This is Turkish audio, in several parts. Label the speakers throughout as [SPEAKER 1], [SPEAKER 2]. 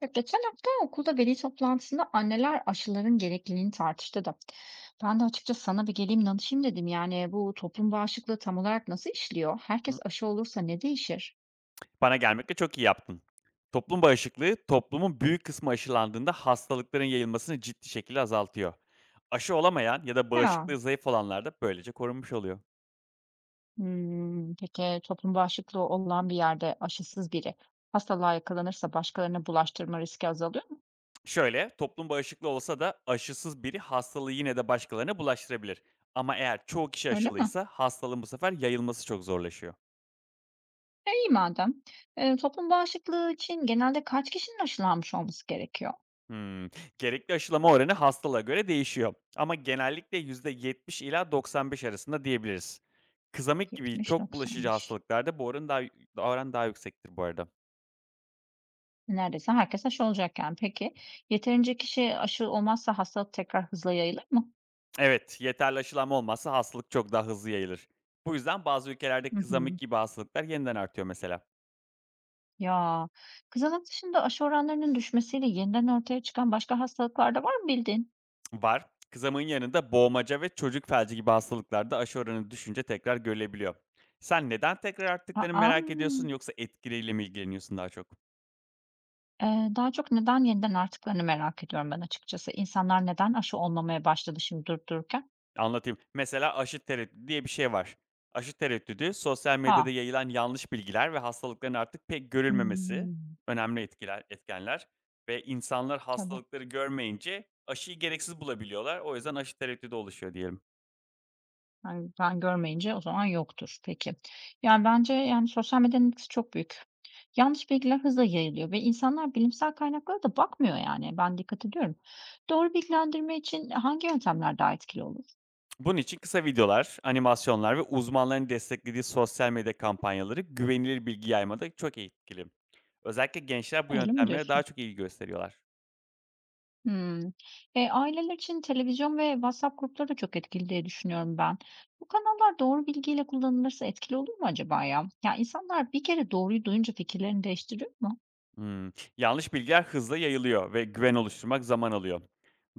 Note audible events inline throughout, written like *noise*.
[SPEAKER 1] Ya geçen hafta okulda veli toplantısında anneler aşıların gerekliliğini tartıştı da. Ben de açıkçası sana bir geleyim danışayım dedim. Yani bu toplum bağışıklığı tam olarak nasıl işliyor?
[SPEAKER 2] Hı.
[SPEAKER 1] Herkes aşı olursa ne değişir?
[SPEAKER 2] Bana gelmekle çok iyi yaptın. Toplum bağışıklığı, toplumun büyük kısmı aşılandığında hastalıkların yayılmasını ciddi şekilde azaltıyor. Aşı olamayan ya da
[SPEAKER 1] Ya,
[SPEAKER 2] bağışıklığı zayıf olanlar da böylece korunmuş oluyor.
[SPEAKER 1] peki toplum bağışıklığı olan bir yerde aşısız biri hastalığa yakalanırsa başkalarına bulaştırma riski azalıyor mu?
[SPEAKER 2] Şöyle, toplum bağışıklı olsa da aşısız biri hastalığı yine de başkalarına bulaştırabilir. Ama eğer çoğu kişi
[SPEAKER 1] Öyle mi?
[SPEAKER 2] aşılıysa hastalığın bu sefer yayılması çok zorlaşıyor.
[SPEAKER 1] E, iyi madem. E, toplum bağışıklığı için genelde kaç kişinin aşılanmış olması gerekiyor?
[SPEAKER 2] Hımm. Gerekli aşılama oranı hastalığa göre değişiyor ama genellikle %70 ila 95 arasında diyebiliriz. Kızamık gibi çok bulaşıcı
[SPEAKER 1] 70-90'mış.
[SPEAKER 2] hastalıklarda bu oran daha yüksektir bu arada.
[SPEAKER 1] Neredeyse herkes aşı olacak yani. Peki, yeterince kişi aşı olmazsa hastalık tekrar hızla yayılır mı?
[SPEAKER 2] Evet, yeterli aşılama olmazsa hastalık çok daha hızlı yayılır. Bu yüzden bazı ülkelerde
[SPEAKER 1] Hı
[SPEAKER 2] kızamık
[SPEAKER 1] hı.
[SPEAKER 2] gibi hastalıklar yeniden artıyor mesela.
[SPEAKER 1] Ya, kızamık dışında aşı oranlarının düşmesiyle yeniden ortaya çıkan başka hastalıklar da var mı bildiğin?
[SPEAKER 2] Var, kızamığın yanında boğmaca ve çocuk felci gibi hastalıklarda aşı oranı düşünce tekrar görülebiliyor. Sen neden tekrar arttıklarını
[SPEAKER 1] A!
[SPEAKER 2] merak ediyorsun yoksa etkileriyle mi ilgileniyorsun daha çok?
[SPEAKER 1] Daha çok neden yeniden arttıklarını merak ediyorum ben açıkçası. İnsanlar neden aşı olmamaya başladı şimdi durup dururken?
[SPEAKER 2] Anlatayım. Mesela aşı tereddüdü diye bir şey var. Aşı tereddüdü sosyal medyada
[SPEAKER 1] A!
[SPEAKER 2] yayılan yanlış bilgiler ve hastalıkların artık pek görülmemesi
[SPEAKER 1] Hımm.
[SPEAKER 2] önemli etkiler etkenler ve insanlar
[SPEAKER 1] Tabii.
[SPEAKER 2] hastalıkları görmeyince aşıyı gereksiz bulabiliyorlar. O yüzden aşı tereddüdü oluşuyor diyelim.
[SPEAKER 1] Ben görmeyince o zaman yoktur. Peki. Yani, bence, yani, sosyal medyanın etkisi çok büyük. Yanlış bilgiler hızla yayılıyor ve insanlar bilimsel kaynaklara da bakmıyor, yani. Ben dikkat ediyorum. Doğru bilgilendirme için hangi yöntemler daha etkili olur?
[SPEAKER 2] Bunun için kısa videolar, animasyonlar ve uzmanların desteklediği sosyal medya kampanyaları güvenilir bilgi yaymada çok etkili. Özellikle gençler bu
[SPEAKER 1] Öyle mi
[SPEAKER 2] yöntemlere daha
[SPEAKER 1] diyorsun?
[SPEAKER 2] çok ilgi gösteriyorlar.
[SPEAKER 1] Hımm. Aileler için televizyon ve WhatsApp grupları da çok etkili diye düşünüyorum ben. Bu kanallar doğru bilgiyle kullanılırsa etkili olur mu acaba ya? Ya, insanlar bir kere doğruyu duyunca fikirlerini değiştiriyor mu?
[SPEAKER 2] Hımm. Yanlış bilgiler hızla yayılıyor ve güven oluşturmak zaman alıyor.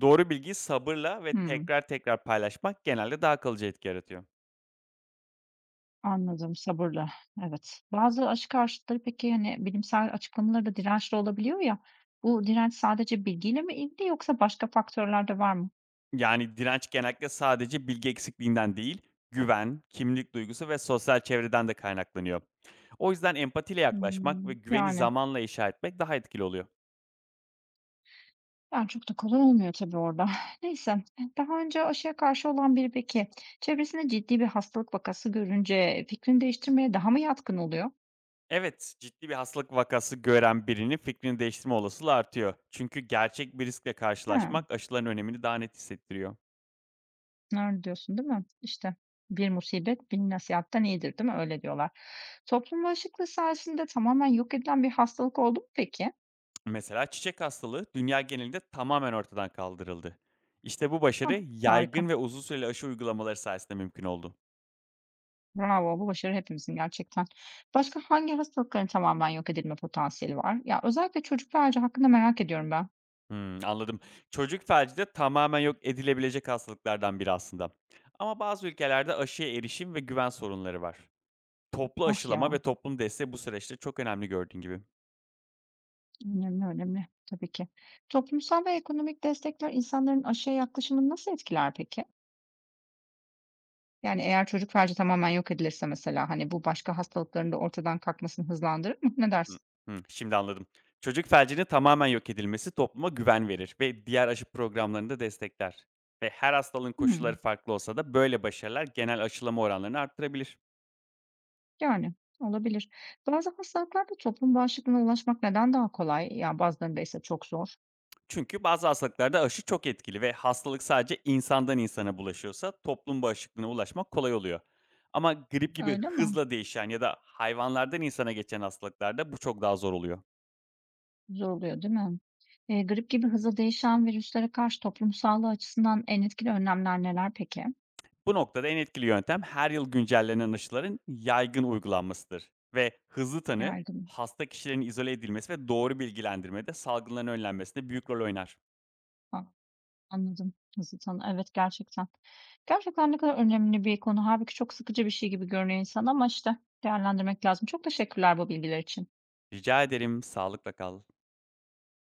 [SPEAKER 2] Doğru bilgiyi sabırla ve
[SPEAKER 1] Hımm.
[SPEAKER 2] tekrar tekrar paylaşmak genelde daha kalıcı etki yaratıyor.
[SPEAKER 1] Anladım, sabırla. Evet. Bazı aşı karşıtları peki, hani, bilimsel açıklamalara da dirençli olabiliyor ya, bu direnç sadece bilgiyle mi ilgili yoksa başka faktörler de var mı?
[SPEAKER 2] Yani direnç genellikle sadece bilgi eksikliğinden değil, güven, kimlik duygusu ve sosyal çevreden de kaynaklanıyor. O yüzden empatiyle yaklaşmak ve
[SPEAKER 1] Hımm,
[SPEAKER 2] güveni
[SPEAKER 1] yani.
[SPEAKER 2] zamanla inşa etmek daha etkili oluyor.
[SPEAKER 1] Yani, çok da kolay olmuyor tabii orada. *laughs* Neyse, daha önce aşıya karşı olan biri peki, çevresinde ciddi bir hastalık vakası görünce fikrini değiştirmeye daha mı yatkın oluyor?
[SPEAKER 2] Evet, ciddi bir hastalık vakası gören birinin fikrini değiştirme olasılığı artıyor. Çünkü gerçek bir riskle
[SPEAKER 1] He,
[SPEAKER 2] karşılaşmak aşıların önemini daha net hissettiriyor.
[SPEAKER 1] öyle diyorsun, değil mi? İşte, "Bir musibet bin nasihatten iyidir." değil mi? Öyle diyorlar. Toplum bağışıklığı sayesinde tamamen yok edilen bir hastalık oldu mu peki?
[SPEAKER 2] Mesela çiçek hastalığı dünya genelinde tamamen ortadan kaldırıldı. İşte bu
[SPEAKER 1] Hah,
[SPEAKER 2] başarı
[SPEAKER 1] harika.
[SPEAKER 2] yaygın ve uzun süreli aşı uygulamaları sayesinde mümkün oldu.
[SPEAKER 1] Bravo, bu başarı hepimizin gerçekten. Başka hangi hastalıkların tamamen yok edilme potansiyeli var? Ya, özellikle çocuk ve acil hakkında merak ediyorum ben.
[SPEAKER 2] Hmm, anladım. Çocuk felci de tamamen yok edilebilecek hastalıklardan biri aslında. Ama bazı ülkelerde aşıya erişim ve güven sorunları var. Toplu
[SPEAKER 1] Ah
[SPEAKER 2] aşılama ve
[SPEAKER 1] ya,
[SPEAKER 2] toplum desteği bu süreçte çok önemli gördüğün gibi.
[SPEAKER 1] önemli, önemli tabii ki. Toplumsal ve ekonomik destekler insanların aşıya yaklaşımını nasıl etkiler peki? Yani eğer çocuk felci tamamen yok edilirse mesela, hani, bu başka hastalıkların da ortadan kalkmasını hızlandırır mı? Ne
[SPEAKER 2] Hı,
[SPEAKER 1] dersin?
[SPEAKER 2] hı, Şimdi anladım. Çocuk felcinin tamamen yok edilmesi topluma güven verir ve diğer aşı programlarını da destekler. Ve her hastalığın koşulları
[SPEAKER 1] Hımm,
[SPEAKER 2] farklı olsa da böyle başarılar genel aşılama oranlarını arttırabilir.
[SPEAKER 1] Yani olabilir. Bazı hastalıklarda toplum bağışıklığına ulaşmak neden daha kolay? Ya, bazılarında ise çok zor,
[SPEAKER 2] Çünkü bazı hastalıklarda aşı çok etkili ve hastalık sadece insandan insana bulaşıyorsa toplum bağışıklığına ulaşmak kolay oluyor. Ama grip gibi
[SPEAKER 1] öyle mi?
[SPEAKER 2] hızla değişen ya da hayvanlardan insana geçen hastalıklarda bu çok daha zor oluyor.
[SPEAKER 1] Zor oluyor, değil mi? Grip gibi hızlı değişen virüslere karşı toplum sağlığı açısından en etkili önlemler neler peki?
[SPEAKER 2] Bu noktada en etkili yöntem her yıl güncellenen aşıların yaygın uygulanmasıdır ve hızlı tanı,
[SPEAKER 1] Yaygın.
[SPEAKER 2] hasta kişilerin izole edilmesi ve doğru bilgilendirmede salgınların önlenmesinde büyük rol oynar.
[SPEAKER 1] A, anladım. Hızlı tanı. Evet, gerçekten. Gerçekten ne kadar önemli bir konu. Hâlbuki çok sıkıcı bir şey gibi görünüyor insan ama, işte, değerlendirmek lazım. Çok teşekkürler bu bilgiler için.
[SPEAKER 2] Rica ederim, sağlıkla kal.